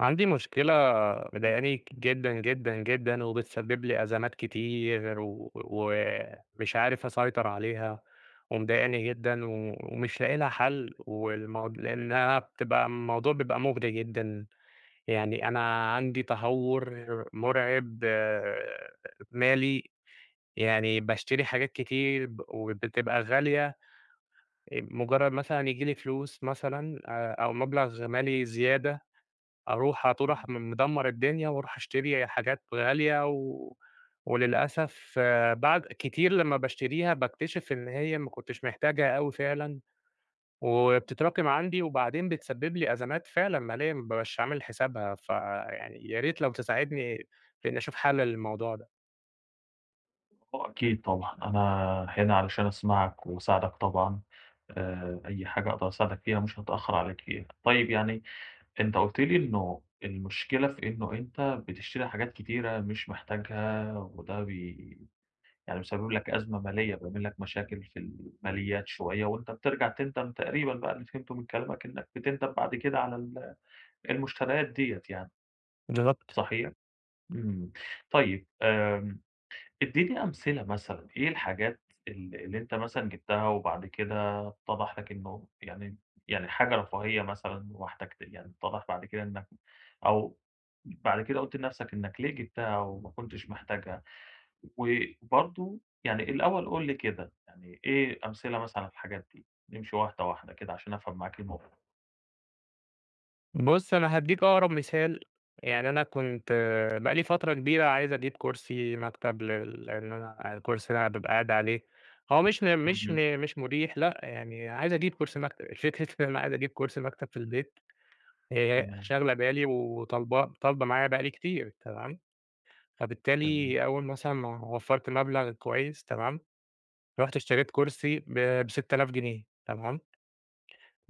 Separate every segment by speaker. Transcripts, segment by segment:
Speaker 1: عندي مشكلة، مضايقاني جدًا، جدًا، جدًا، وبتسبب لي أزمات كتير و ومش عارف أسيطر عليها، ومضايقاني جدًا و ومش لاقي لها حل. لأنها بتبقى الموضوع بيبقى مُغري جدًا. يعني أنا عندي تهور مرعب، مالي. يعني باشتري حاجات كتير وبتبقى غالية. مجرد مثلًا ييجي لي فلوس مثلًا، أو مبلغ مالي زيادة، أروح على طول، أروح مدمّر الدنيا وأروح أشتري حاجات غالية، وللأسف بعد كتير لمّا باشتريها باكتشف إن هي ما كنتش محتاجها أوي فعلًا، وبتتراكم عندي وبعدين بتسبب لي أزمات فعلًا مالية ما بابقاش عامل حسابها. فيعني يا ريت لو تساعدني في إني أشوف حل للموضوع ده.
Speaker 2: آه، أكيد طبعًا، أنا هنا علشان أسمعك وأساعدك طبعًا. أي حاجة أقدر أساعدك فيها مش هاتأخر عليك فيها. طيب يعني أنت قُلت لي إنه المشكلة في إنه أنت بتشتري حاجات كتيرة مش محتاجها، وده يعني مسبب لك أزمة مالية، بيعمل لك مشاكل في الماليات شوية، وأنت بترجع تندم. تقريبًا بقى اللي فهمته من كلامك إنك بتندم بعد كده على المشتريات ديّة يعني،
Speaker 1: بالظبط.
Speaker 2: صحيح؟ إمم. طيب، اديني أمثلة مثلًا، إيه الحاجات اللي أنت مثلًا جِبتها وبعد كده اتضح لك إنه يعني حاجة رفاهية مثلًا واحتجت، يعني اتضح بعد كده إنك أو بعد كده قُلت لنفسك إنك ليه جِبتها وما كنتش محتاجها. وبرضه يعني الأول قُل لي كده، يعني إيه أمثلة مثلًا على الحاجات دي؟ نمشي واحدة واحدة كده عشان أفهم معاك الموضوع.
Speaker 1: بُص، أنا هادّيك أقرب مثال. يعني أنا كنت بقى لي فترة كبيرة عايز أجيب كرسي مكتب، إن أنا الكرسي اللي أنا بابقى قاعد عليه هو مش م مش
Speaker 2: اهم.
Speaker 1: م مش مُريح، لأ. يعني عايز أجيب كرسي مكتب. فكرة إن أنا عايز أجيب كرسي مكتب في البيت هي
Speaker 2: تمام،
Speaker 1: شاغلة بالي وطالبة طالبة معايا بقى لي كتير، تمام.
Speaker 2: تمام.
Speaker 1: فبالتالي أول مثلًا ما وفّرت مبلغ كويس، تمام، رُحت اشتريت كرسي ب6000 جنيه، تمام.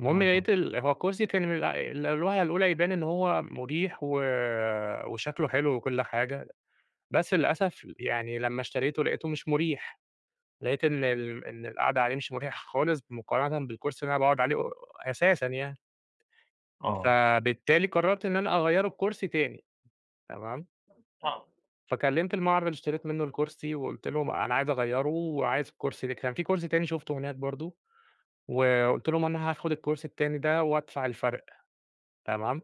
Speaker 1: المهم
Speaker 2: أها.
Speaker 1: لقيت هو الكرسي كان من الواهية الأولى يبان إن هو مُريح وشكله حلو وكل حاجة. بس للأسف يعني لمّا اشتريته لقيته مش مُريح. لقيت إن القعدة عليه مش مُريحة خالص مقارنة بالكرسي اللي أنا باقعد عليه أساسًا يعني.
Speaker 2: آه،
Speaker 1: فبالتالي قررت إن أنا أغيّره بكرسي تاني، تمام.
Speaker 2: آه.
Speaker 1: فكلمت المعرض اللي اشتريت منه الكرسي وقُلت لهم أنا عايز أغيّره، وعايز الكرسي ده، كان في كرسي تاني شُفته هناك برضه، وقُلت لهم أنا هاخد الكرسي التاني ده وأدفع الفرق، تمام.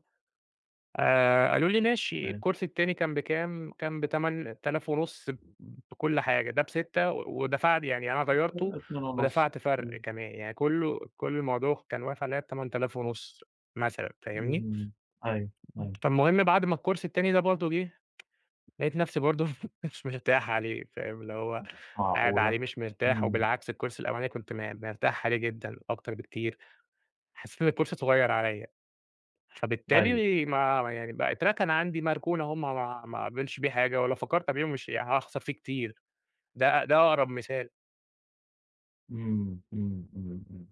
Speaker 1: قالوا لي: "ماشي."
Speaker 2: تمام.
Speaker 1: الكورس التاني كان بكام؟ كان ب8500، بكل حاجة، ده ب6. ودفعت، يعني أنا غيّرته
Speaker 2: 2.5.
Speaker 1: ودفعت فرق
Speaker 2: إمم،
Speaker 1: كمان. يعني كُلّه، كل الموضوع كان واقف عليّا ب8500 مثلًا. فاهمني؟
Speaker 2: إمم. أيوه، أيوه.
Speaker 1: فالمهم بعد ما الكورس التاني ده برضه جه، لقيت نفسي برضه مش مرتاح عليه، فاهم، اللي هو قاعد
Speaker 2: معقولة!
Speaker 1: عليه مش مرتاح.
Speaker 2: إمم.
Speaker 1: وبالعكس الكورس الأولاني كنت مرتاح عليه جدًا أكتر بكتير. حسّيت إن الكورس صغيّر عليّا.
Speaker 2: أيوه.
Speaker 1: فبالتالي ما يعني بقى اتركن عندي مركون أهو، ما أعملش بيه حاجة، ولو فكرت أبيعه مش هاخسر فيه كتير. ده أقرب مثال.
Speaker 2: إمم، إمم، إمم، إمم.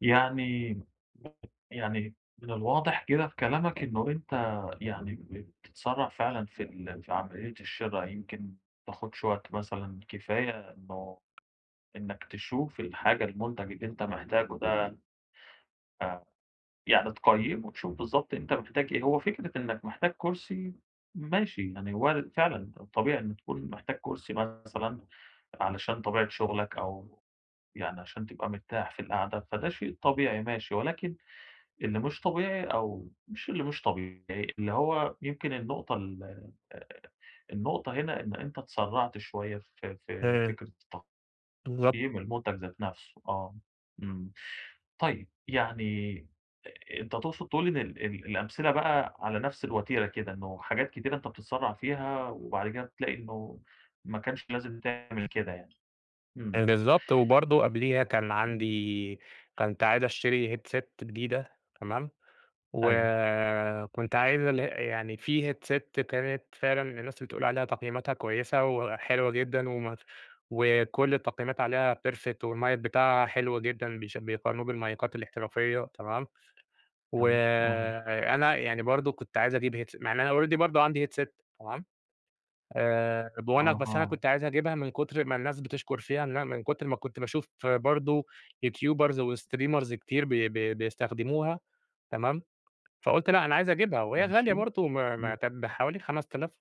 Speaker 2: يعني من الواضح كده في كلامك إنه أنت يعني بتتسرّع فعلًا في عملية الشِرا، يمكن ما بتاخدش وقت مثلًا كفاية إنه إنك تشوف المنتج اللي أنت محتاجه ده، آآ، يعني تقيّمه، تشوف بالضبط أنت محتاج إيه. هو فكرة إنك محتاج كرسي ماشي، يعني وارد فعلًا طبيعي إن تكون محتاج كرسي مثلًا علشان طبيعة شغلك، أو يعني عشان تبقى مرتاح في القعدة، فده شيء طبيعي ماشي. ولكن اللي مش طبيعي، أو مش اللي مش طبيعي، اللي هو يمكن النقطة النقطة هنا إن أنت اتسرعت شوية في
Speaker 1: إمم،
Speaker 2: فكرة
Speaker 1: بالضبط.
Speaker 2: تقييم المنتج ذات نفسه، آه. إمم. طيب يعني أنت تقصد تقول إن ال ال الأمثلة بقى على نفس الوتيرة كده، إنه حاجات كتيرة أنت بتتسرع فيها، وبعد كده بتلاقي إنه ما كانش لازم تعمل كده يعني. إمم،
Speaker 1: بالضبط. وبرضه قبليها كان
Speaker 2: إمم.
Speaker 1: عندي، كنت عايز أشتري headset جديدة، تمام.
Speaker 2: أيوه،
Speaker 1: وكنت عايز ال، يعني في headset كانت فعلًا الناس بتقول عليها تقييماتها كويسة وحلوة جدًا، وكل التقييمات عليها perfect، والmic بتاعها حلو جدًا، بيش بيقارنوه بالمايكات الاحترافية، تمام.
Speaker 2: أيوه. آه.
Speaker 1: وأنا يعني برضه كنت عايز أجيب headset مع إن أنا already برضه عندي headset، تمام. وأنا بس أنا
Speaker 2: أها.
Speaker 1: كنت عايز أجيبها من كتر ما الناس بتشكر فيها، إن أنا من كتر ما كنت باشوف برضه يوتيوبرز وstreamers كتير بي بي بيستخدموها، تمام. فقُلت لأ، أنا عايز أجيبها، وهي غالية
Speaker 2: ماشي.
Speaker 1: برضه. ما
Speaker 2: إمم.
Speaker 1: كانت بحوالي 5600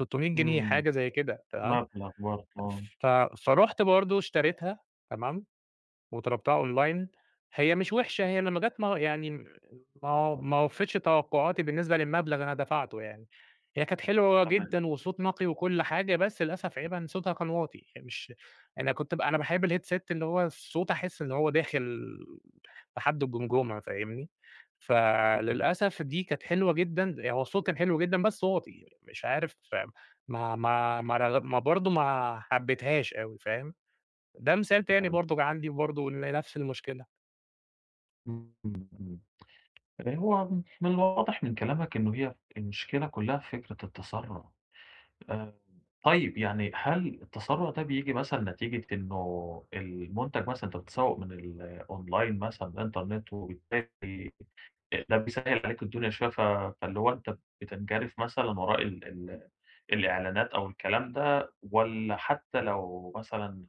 Speaker 1: جنيه
Speaker 2: إمم.
Speaker 1: حاجة زي كده، تمام.
Speaker 2: مبلغ برضه.
Speaker 1: ف فرُحت برضه اشتريتها، تمام. وطلبتها أونلاين. هي مش وحشة. هي لمّا جات، ما يعني ما ما وفّتش توقعاتي بالنسبة للمبلغ اللي أنا دفعته يعني. هي كانت حلوة
Speaker 2: تمام.
Speaker 1: جدًا وصوت نقي وكل حاجة، بس للأسف عيبها إن صوتها كان واطي. مش أنا كنت ب أنا باحب الheadset اللي هو الصوت أحس إن هو داخل لحد الجمجمة، فاهمني.
Speaker 2: إمم.
Speaker 1: فللأسف دي كانت حلوة جدًا، يعني هو الصوت كان حلو جدًا بس واطي، مش عارف. ما ما ما رغ ما برضه ما حبيتهاش أوي، فاهم؟ ده مثال تاني
Speaker 2: فهمت.
Speaker 1: برضه جه عندي برضه نفس المشكلة.
Speaker 2: إمم، إمم. هو من الواضح من كلامك إنه هي المشكلة كلّها في فكرة التسرُّع. آآ طيب يعني هل التسرُّع ده بييجي مثلًا نتيجة إنه المنتج مثلًا أنت بتسوّق من الأونلاين مثلًا الإنترنت، وبالتالي ده بيسهِّل عليك الدنيا شوية، فاللي هو أنت بتنجرف مثلًا وراء ال ال الإعلانات أو الكلام ده، والّا حتّى لو مثلًا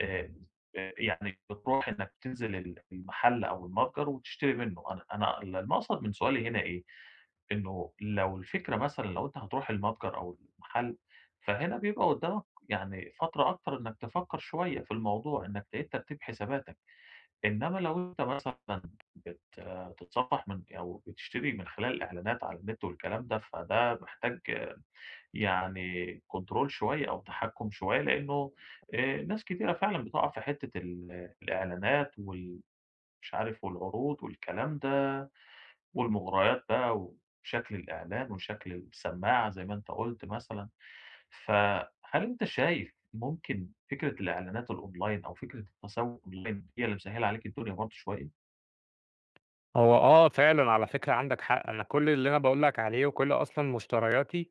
Speaker 2: آآ يعني بتروح إنك تنزل المحل أو المتجر وتشتري منه. أنا المقصد من سؤالي هنا إيه، إنه لو الفكرة مثلًا لو أنت هتروح المتجر أو المحل، فهنا بيبقى قدّامك يعني فترة أكتر إنك تفكّر شوية في الموضوع، إنك تعيد ترتيب حساباتك. إنما لو أنت مثلًا بتتصفح من، أو بتشتري من خلال الإعلانات على النت والكلام ده، فده محتاج يعني كنترول شوية أو تحكُّم شوية، لإنه ناس كتيرة فعلًا بتُقع في حتّة الإعلانات مش عارف، والعروض والكلام ده، والمغريات بقى، وشكل الإعلان وشكل السماعة زي ما أنت قُلت مثلًا. فهل أنت شايف ممكن فكرة الإعلانات الأونلاين أو فكرة التسوُّق أونلاين هي اللي مسهِّلة عليك الدنيا برضه شوية؟
Speaker 1: هو آه، فعلًا على فكرة عندك حق. أنا كل اللي أنا باقول لك عليه، وكل أصلًا مشترياتي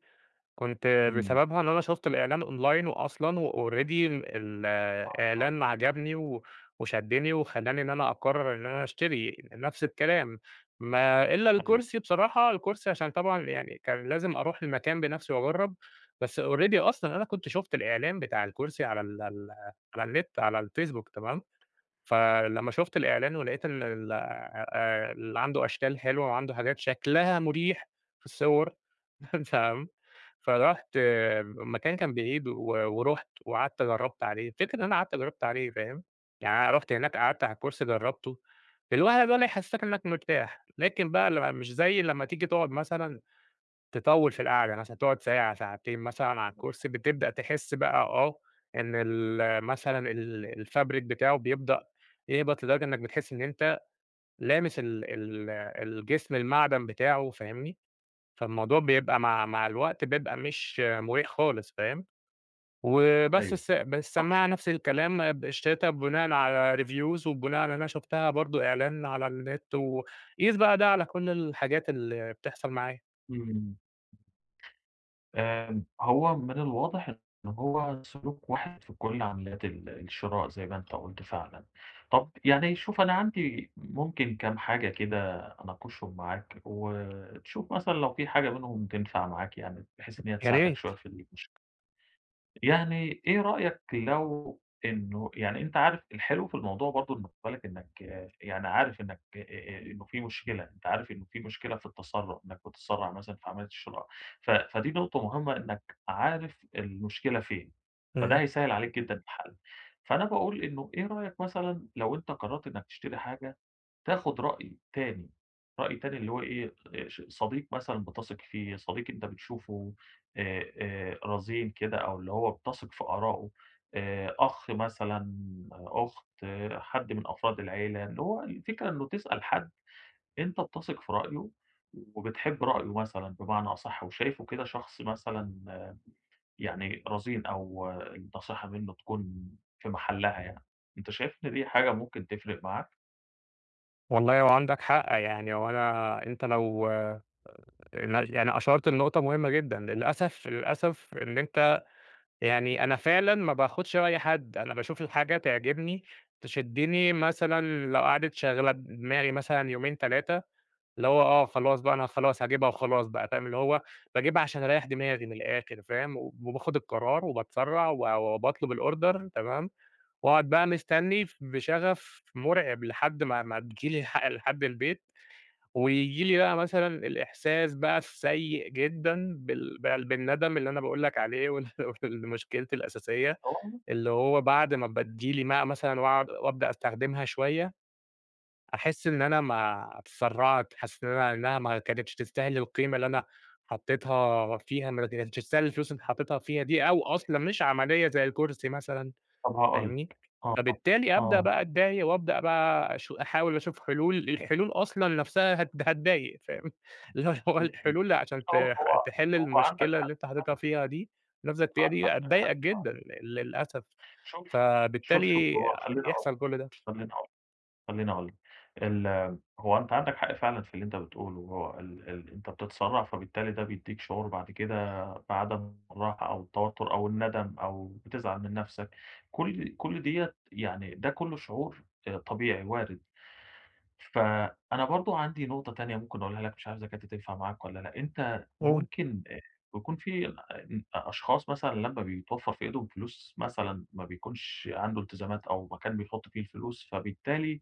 Speaker 1: كنت
Speaker 2: إمم.
Speaker 1: بسببها إن أنا شُفت الإعلان أونلاين. وأصلًا وalready الإعلان عجبني و وشدّني وخلّاني إن أنا أقرّر إن أنا أشتري نفس الكلام. ما إلّا
Speaker 2: أيوه،
Speaker 1: الكرسي بصراحة، الكرسي عشان طبعًا يعني كان لازم أروح المكان بنفسي وأجرّب. بس already أصلًا أنا كنت شُفت الإعلان بتاع الكرسي على ال ال على النت، على الفيسبوك، تمام؟ فلمّا شُفت الإعلان ولقيت إن ال اللي عنده أشكال حلوة، وعنده حاجات شكلها مريح في الصور، تمام. فرُحت المكان، كان بعيد، ورُحت وقعدت جرّبت عليه. الفكرة إن أنا قعدت جرّبت عليه، فاهم، يعني أنا رُحت هناك قعدت على الكرسي جرّبته. الوهلة ده اللي يحسّسك إنك مرتاح، لكن بقى مش زي لمّا تيجي تقعد مثلًا، تطوّل في القعدة مثلًا، تقعد ساعة، ساعتين مثلًا على الكرسي، بتبدأ تحس بقى، آه، إن ال مثلًا ال الفابريك بتاعه بيبدأ يهبط، لدرجة إنّك بتحس إن أنت لامس ال ال الجسم المعدن بتاعه، فاهمني. فالموضوع بيبقى مع الوقت بيبقى مش مُريح خالص، فاهم. وبس،
Speaker 2: أيوه.
Speaker 1: بالسماعة نفس الكلام بقشرتها بناءً على reviews، وبناءً على اللي أنا شُفتها برضه إعلان على النت. وقيس بقى ده على كل الحاجات اللي بتحصل معايا.
Speaker 2: إمم. آمم، هو من الواضح إن هو سلوك واحد في كل عمليات الشراء زي ما أنت قُلت فعلًا. طب يعني شوف، أنا عندي ممكن كام حاجة كده أناقشهم معاك، وتشوف مثلًا لو في حاجة منهم تنفع معاك يعني، بحيث إن هي
Speaker 1: يا
Speaker 2: تساعدك
Speaker 1: ريت.
Speaker 2: شوية في المشكلة. يعني إيه رأيك لو إنه، يعني أنت عارف الحلو في الموضوع برضه إنه خُد بالك إنّك آه، يعني عارف إنّك إنه في مشكلة، أنت عارف إنه في مشكلة في التسرُّع، إنّك بتتسرّع مثلًا في عملية الشراء. فدي نقطة مهمة إنّك عارف المشكلة فين، فده هيسهّل عليك جدًا الحل. فأنا باقول إنه إيه رأيك مثلًا لو أنت قرّرت إنّك تشتري حاجة تاخد رأي تاني. رأي تاني اللي هو إيه، ش صديق مثلًا بتثق فيه، صديق أنت بتشوفه رزين كده، أو اللي هو بتثق في آرائه، أخ مثلًا، آه، أخت، آه، حد من أفراد العيلة. اللي هو الفكرة إنه تسأل حد أنت بتثق في رأيه وبتحب رأيه مثلًا بمعنى أصح، وشايفه كده شخص مثلًا آه، يعني رزين، أو آه، النصيحة منه تكون في محلها يعني. أنت شايف إن دي حاجة ممكن تفرق معاك؟
Speaker 1: والله هو عندك حق يعني. هو أنت لو، يعني، أشرت لنقطة مهمة جدًا. للأسف، للأسف، إن أنت، يعني أنا فعلًا ما باخدش رأي حد. أنا باشوف الحاجة تعجبني، تشدني مثلًا، لو قعدت شاغلة دماغي مثلًا يومين 3، اللي هو آه، خلاص بقى أنا خلاص هاجيبها، وخلاص بقى، فاهم. اللي هو باجيبها عشان أريّح دماغي من الآخر، فاهم، وباخد القرار وباتسرّع، وباطلب الorder، تمام. وأقعد بقى مستني بشغف مرعب لحد ما تيجي لي لحد البيت. وييجي لي بقى مثلًا الإحساس بقى السيء جدًا بالندم اللي أنا باقول لك عليه، وال مشكلتي الأساسية.
Speaker 2: طبعا.
Speaker 1: اللي هو بعد ما تيجي لي بقى مثلًا وأقعد وأبدأ أستخدمها شوية، أحس إن أنا ما اتسرعت، حاسس إن أنا إنها ما كانتش تستاهل القيمة اللي أنا حطيتها فيها، ما كانتش تستاهل الفلوس اللي حطيتها فيها دي، أو أصلًا مش عملية زي الكرسي مثلًا.
Speaker 2: طب هاقول
Speaker 1: فاهمني؟
Speaker 2: لك. آه.
Speaker 1: فبالتالي أبدأ
Speaker 2: آه.
Speaker 1: بقى أتضايق، وأبدأ بقى أحاول أشوف حلول. الحلول أصلًا نفسها هتضايق، فاهم؟ اللي هو
Speaker 2: إمم.
Speaker 1: الحلول عشان
Speaker 2: هو هو
Speaker 1: تحل
Speaker 2: هو عندك
Speaker 1: المشكلة
Speaker 2: حق
Speaker 1: اللي أنت حاططها
Speaker 2: فعلًا.
Speaker 1: فيها دي، نفْسك فيها دي،
Speaker 2: عندك حق.
Speaker 1: هتضايقك جدًا للأسف.
Speaker 2: شوف شوف
Speaker 1: فبالتالي
Speaker 2: هو،
Speaker 1: يحصل كل ده.
Speaker 2: خلّيني أقول لك خلّيني أقول لك، ال هو أنت عندك حق فعلًا في اللي أنت بتقوله. هو ال ال أنت بتتسرّع، فبالتالي ده بيدّيك شعور بعد كده بعدم الراحة أو التوتر أو الندم، أو بتزعل من نَفْسك. كل ديّة يعني، ده كُلّه شعور طبيعي وارد. فأنا برضه عندي نقطة تانية ممكن أقولها لك، مش عارف إذا كانت هتنفع معاك والّا لأ. أنت
Speaker 1: مفهوم.
Speaker 2: ممكن، بيكون في أشخاص مثلًا لمّا بيتوفّر في إيدهم فلوس مثلًا، ما بيكونش عنده التزامات أو مكان بيحُط فيه الفلوس، فبالتالي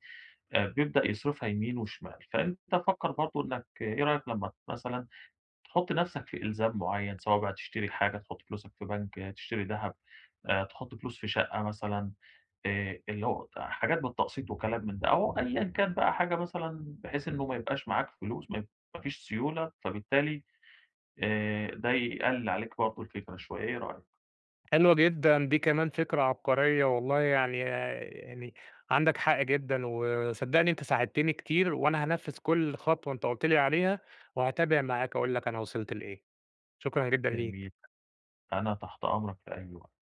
Speaker 2: بيبدأ يصرفها يمين وشمال. فأنت فكّر برضه إنك آه، إيه رأيك لمّا مثلًا تحُط نَفْسك في إلزام معيّن، سواء بقى تشتري حاجة، تحُط فلوسك في بنك، آه، تشتري دهب، تحُط فلوس في شقة مثلًا. اللي هو حاجات بالتقسيط وكلام من ده، أو أيًا كان بقى حاجة مثلًا بحيث إنه ما يبقاش معاك فلوس، ما فيش سيولة، فبالتالي ده يقلل عليك برضه الفكرة شوية، إيه رأيك؟
Speaker 1: حلوة جدًا، دي كمان فكرة عبقرية والله. يعني عندك حق جدًا، وصدّقني أنت ساعدتني كتير، وأنا هانفّذ كل خطوة أنت قُلت لي عليها، وهاتابع معاك أقول لك أنا وصلت لإيه. شكرًا جدًا
Speaker 2: جميل.
Speaker 1: ليك.
Speaker 2: أنا تحت أمرك في أي وقت.